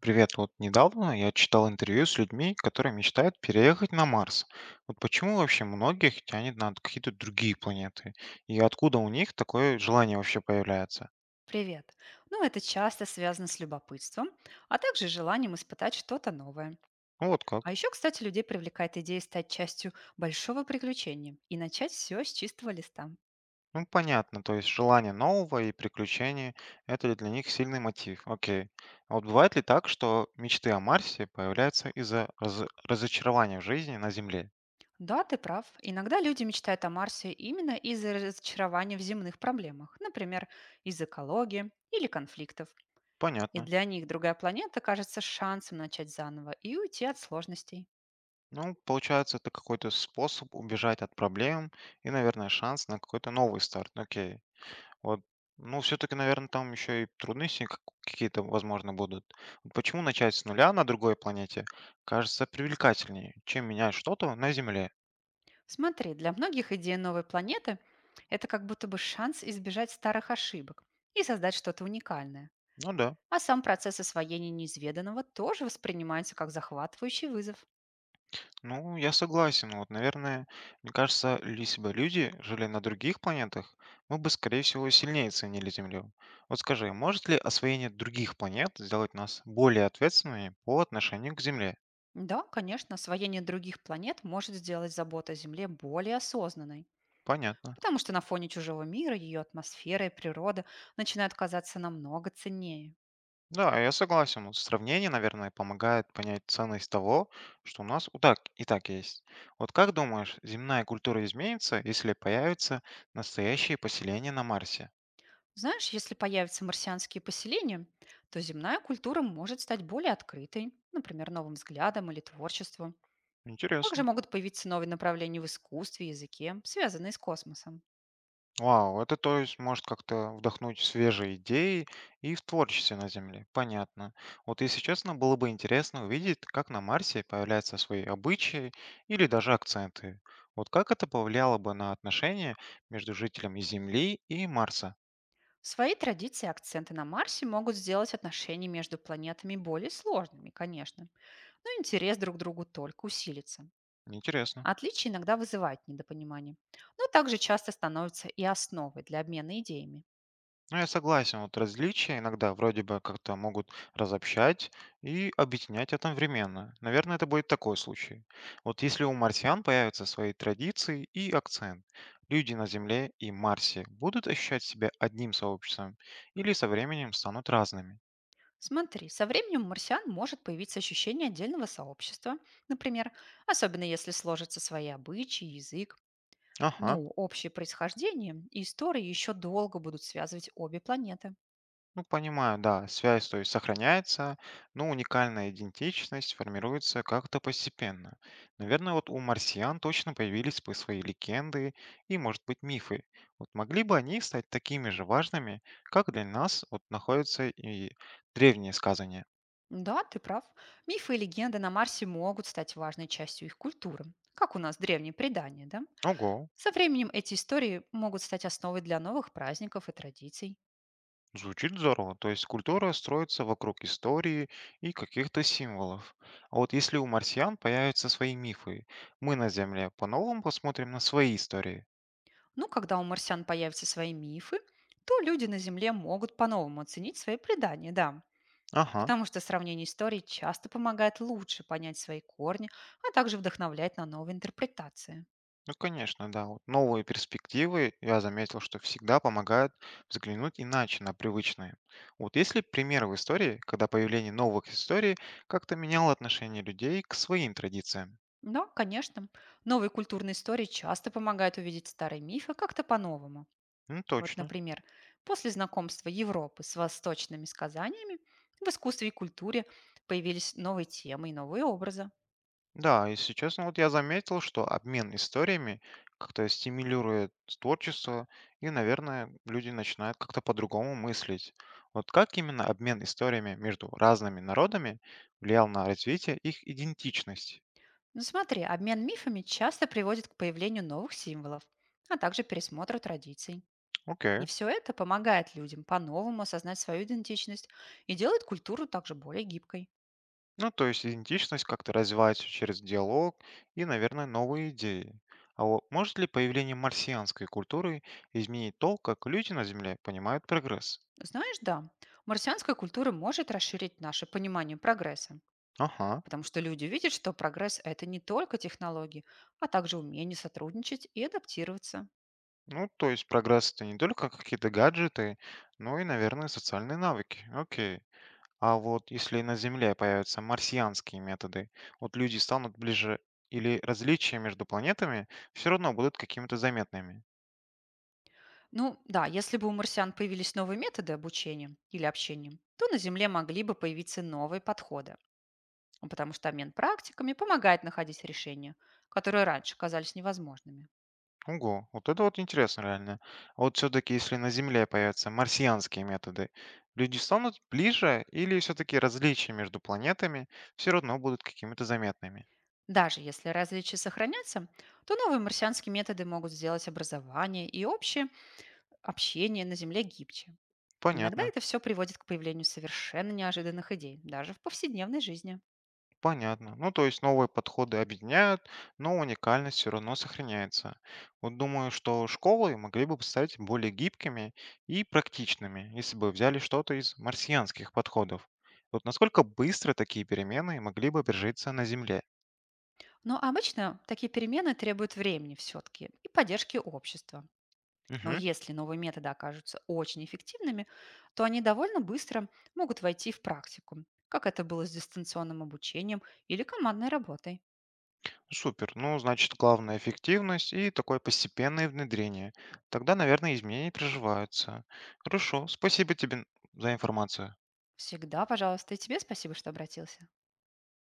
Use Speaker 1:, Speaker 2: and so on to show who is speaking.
Speaker 1: Привет, вот недавно я читал интервью с людьми, которые мечтают переехать на Марс. Вот почему вообще многих тянет на какие-то другие планеты? И откуда у них такое желание вообще появляется?
Speaker 2: Привет. Ну, это часто связано с любопытством, а также желанием испытать что-то новое.
Speaker 1: Ну вот
Speaker 2: А
Speaker 1: как?
Speaker 2: еще, кстати, людей привлекает идея стать частью большого приключения и начать все с чистого листа.
Speaker 1: Ну понятно, то есть желание нового и приключений – это для них сильный мотив. Окей. А вот бывает ли так, что мечты о Марсе появляются из-за разочарования в жизни на Земле?
Speaker 2: Да, ты прав. Иногда люди мечтают о Марсе именно из-за разочарования в земных проблемах, например, из экологии или конфликтов. И
Speaker 1: Понятно.
Speaker 2: для них другая планета кажется шансом начать заново и уйти от сложностей.
Speaker 1: Ну, получается, это какой-то способ убежать от проблем и, наверное, шанс на какой-то новый старт. Окей. Вот, ну, все-таки, наверное, там еще и трудности какие-то, возможно, будут. Вот почему начать с нуля на другой планете кажется привлекательнее, чем менять что-то на Земле?
Speaker 2: Смотри, для многих идея новой планеты – это как будто бы шанс избежать старых ошибок и создать что-то уникальное.
Speaker 1: Ну да.
Speaker 2: А сам процесс освоения неизведанного тоже воспринимается как захватывающий вызов.
Speaker 1: Ну, я согласен. Вот, наверное, мне кажется, если бы люди жили на других планетах, мы бы, скорее всего, сильнее ценили Землю. Вот скажи, может ли освоение других планет сделать нас более ответственными по отношению к Земле?
Speaker 2: Да, конечно, освоение других планет может сделать заботу о Земле более осознанной,
Speaker 1: Понятно.
Speaker 2: потому что на фоне чужого мира ее атмосфера и природа начинают казаться намного ценнее.
Speaker 1: Да, я согласен. Вот сравнение, наверное, помогает понять ценность того, что у нас у так, и так есть. Вот как думаешь, земная культура изменится, если появятся настоящие поселения на Марсе?
Speaker 2: Знаешь, если появятся марсианские поселения, то земная культура может стать более открытой, например, новым взглядом или творчеством. Также
Speaker 1: Интересно.
Speaker 2: могут появиться новые направления в искусстве и языке, связанные с космосом.
Speaker 1: Вау, это то есть может как-то вдохнуть свежие идеи и в творчестве на Земле. Понятно. Вот если честно, было бы интересно увидеть, как на Марсе появляются свои обычаи или даже акценты. Вот как это повлияло бы на отношения между жителями Земли и Марса?
Speaker 2: В своей традиции акценты на Марсе могут сделать отношения между планетами более сложными, конечно, но интерес друг к другу только усилится.
Speaker 1: Интересно.
Speaker 2: Отличия иногда вызывают недопонимание, но также часто становятся и основой для обмена идеями.
Speaker 1: Ну, я согласен, вот различия иногда вроде бы как-то могут разобщать и объединять одновременно. Наверное, это будет такой случай. Вот если у марсиан появятся свои традиции и акцент, люди на Земле и Марсе будут ощущать себя одним сообществом или со временем станут разными?
Speaker 2: Смотри, со временем у марсиан может появиться ощущение отдельного сообщества, например, особенно если сложатся свои обычаи, язык.
Speaker 1: Ага.
Speaker 2: Ну, общее происхождение и истории еще долго будут связывать обе планеты.
Speaker 1: Ну, понимаю, да, связь, то есть сохраняется, но уникальная идентичность формируется как-то постепенно. Наверное, вот у марсиан точно появились бы свои легенды и, может быть, мифы. Вот могли бы они стать такими же важными, как для нас вот находятся и древние сказания.
Speaker 2: Да, ты прав. Мифы и легенды на Марсе могут стать важной частью их культуры, как у нас древние предания, да?
Speaker 1: Ого,
Speaker 2: Со временем эти истории могут стать основой для новых праздников и традиций.
Speaker 1: звучит здорово. То есть культура строится вокруг истории и каких-то символов. А вот если у марсиан появятся свои мифы, мы на Земле по-новому посмотрим на свои истории.
Speaker 2: Ну, когда у марсиан появятся свои мифы, то люди на Земле могут по-новому оценить свои предания, да.
Speaker 1: Ага.
Speaker 2: Потому что сравнение историй часто помогает лучше понять свои корни, а также вдохновлять на новые интерпретации.
Speaker 1: Ну, конечно, да. Вот новые перспективы, я заметил, что всегда помогают взглянуть иначе на привычные. Вот есть ли примеры в истории, когда появление новых историй как-то меняло отношение людей к своим традициям?
Speaker 2: Да, конечно. Новые культурные истории часто помогают увидеть старые мифы как-то по-новому.
Speaker 1: Ну,
Speaker 2: Вот,
Speaker 1: точно.
Speaker 2: например, после знакомства Европы с восточными сказаниями в искусстве и культуре появились новые темы и новые образы.
Speaker 1: Да, если честно, вот я заметил, что обмен историями как-то стимулирует творчество, и, наверное, люди начинают как-то по-другому мыслить. Вот как именно обмен историями между разными народами влиял на развитие их идентичности?
Speaker 2: Ну смотри, обмен мифами часто приводит к появлению новых символов, а также пересмотру традиций. И
Speaker 1: Окей.
Speaker 2: все это помогает людям по-новому осознать свою идентичность и делает культуру также более гибкой.
Speaker 1: Ну, то есть идентичность как-то развивается через диалог и, наверное, новые идеи. А вот может ли появление марсианской культуры изменить то, как люди на Земле понимают прогресс?
Speaker 2: Знаешь, да, марсианская культура может расширить наше понимание прогресса.
Speaker 1: Ага.
Speaker 2: Потому что люди видят, что прогресс – это не только технологии, а также умение сотрудничать и адаптироваться.
Speaker 1: Ну, то есть прогресс это не только какие-то гаджеты, но и, наверное, социальные навыки. Окей. А вот если на Земле появятся марсианские методы, вот люди станут ближе или различия между планетами все равно будут какими-то заметными?
Speaker 2: Ну да, если бы у марсиан появились новые методы обучения или общения, то на Земле могли бы появиться новые подходы. Ну, потому что обмен практиками помогает находить решения, которые раньше казались невозможными.
Speaker 1: Ого, вот это вот интересно реально. А вот все-таки, если на Земле появятся марсианские методы, люди станут ближе или все-таки различия между планетами все равно будут какими-то заметными?
Speaker 2: Даже если различия сохранятся, то новые марсианские методы могут сделать образование и общее общение на Земле гибче. Иногда
Speaker 1: Понятно,
Speaker 2: это все приводит к появлению совершенно неожиданных идей, даже в повседневной жизни.
Speaker 1: понятно. Ну, то есть новые подходы объединяют, но уникальность все равно сохраняется. Вот думаю, что школы могли бы стать более гибкими и практичными, если бы взяли что-то из марсианских подходов. Вот насколько быстро такие перемены могли бы прижиться на Земле?
Speaker 2: Но обычно такие перемены требуют времени все-таки и поддержки общества. Но
Speaker 1: Мгм.
Speaker 2: если новые методы окажутся очень эффективными, то они довольно быстро могут войти в практику, как это было с дистанционным обучением или командной работой.
Speaker 1: Супер. Ну, значит, главное эффективность и такое постепенное внедрение. Тогда, наверное, изменения приживаются. Хорошо. Спасибо тебе за информацию.
Speaker 2: Всегда, пожалуйста, и тебе спасибо, что обратился.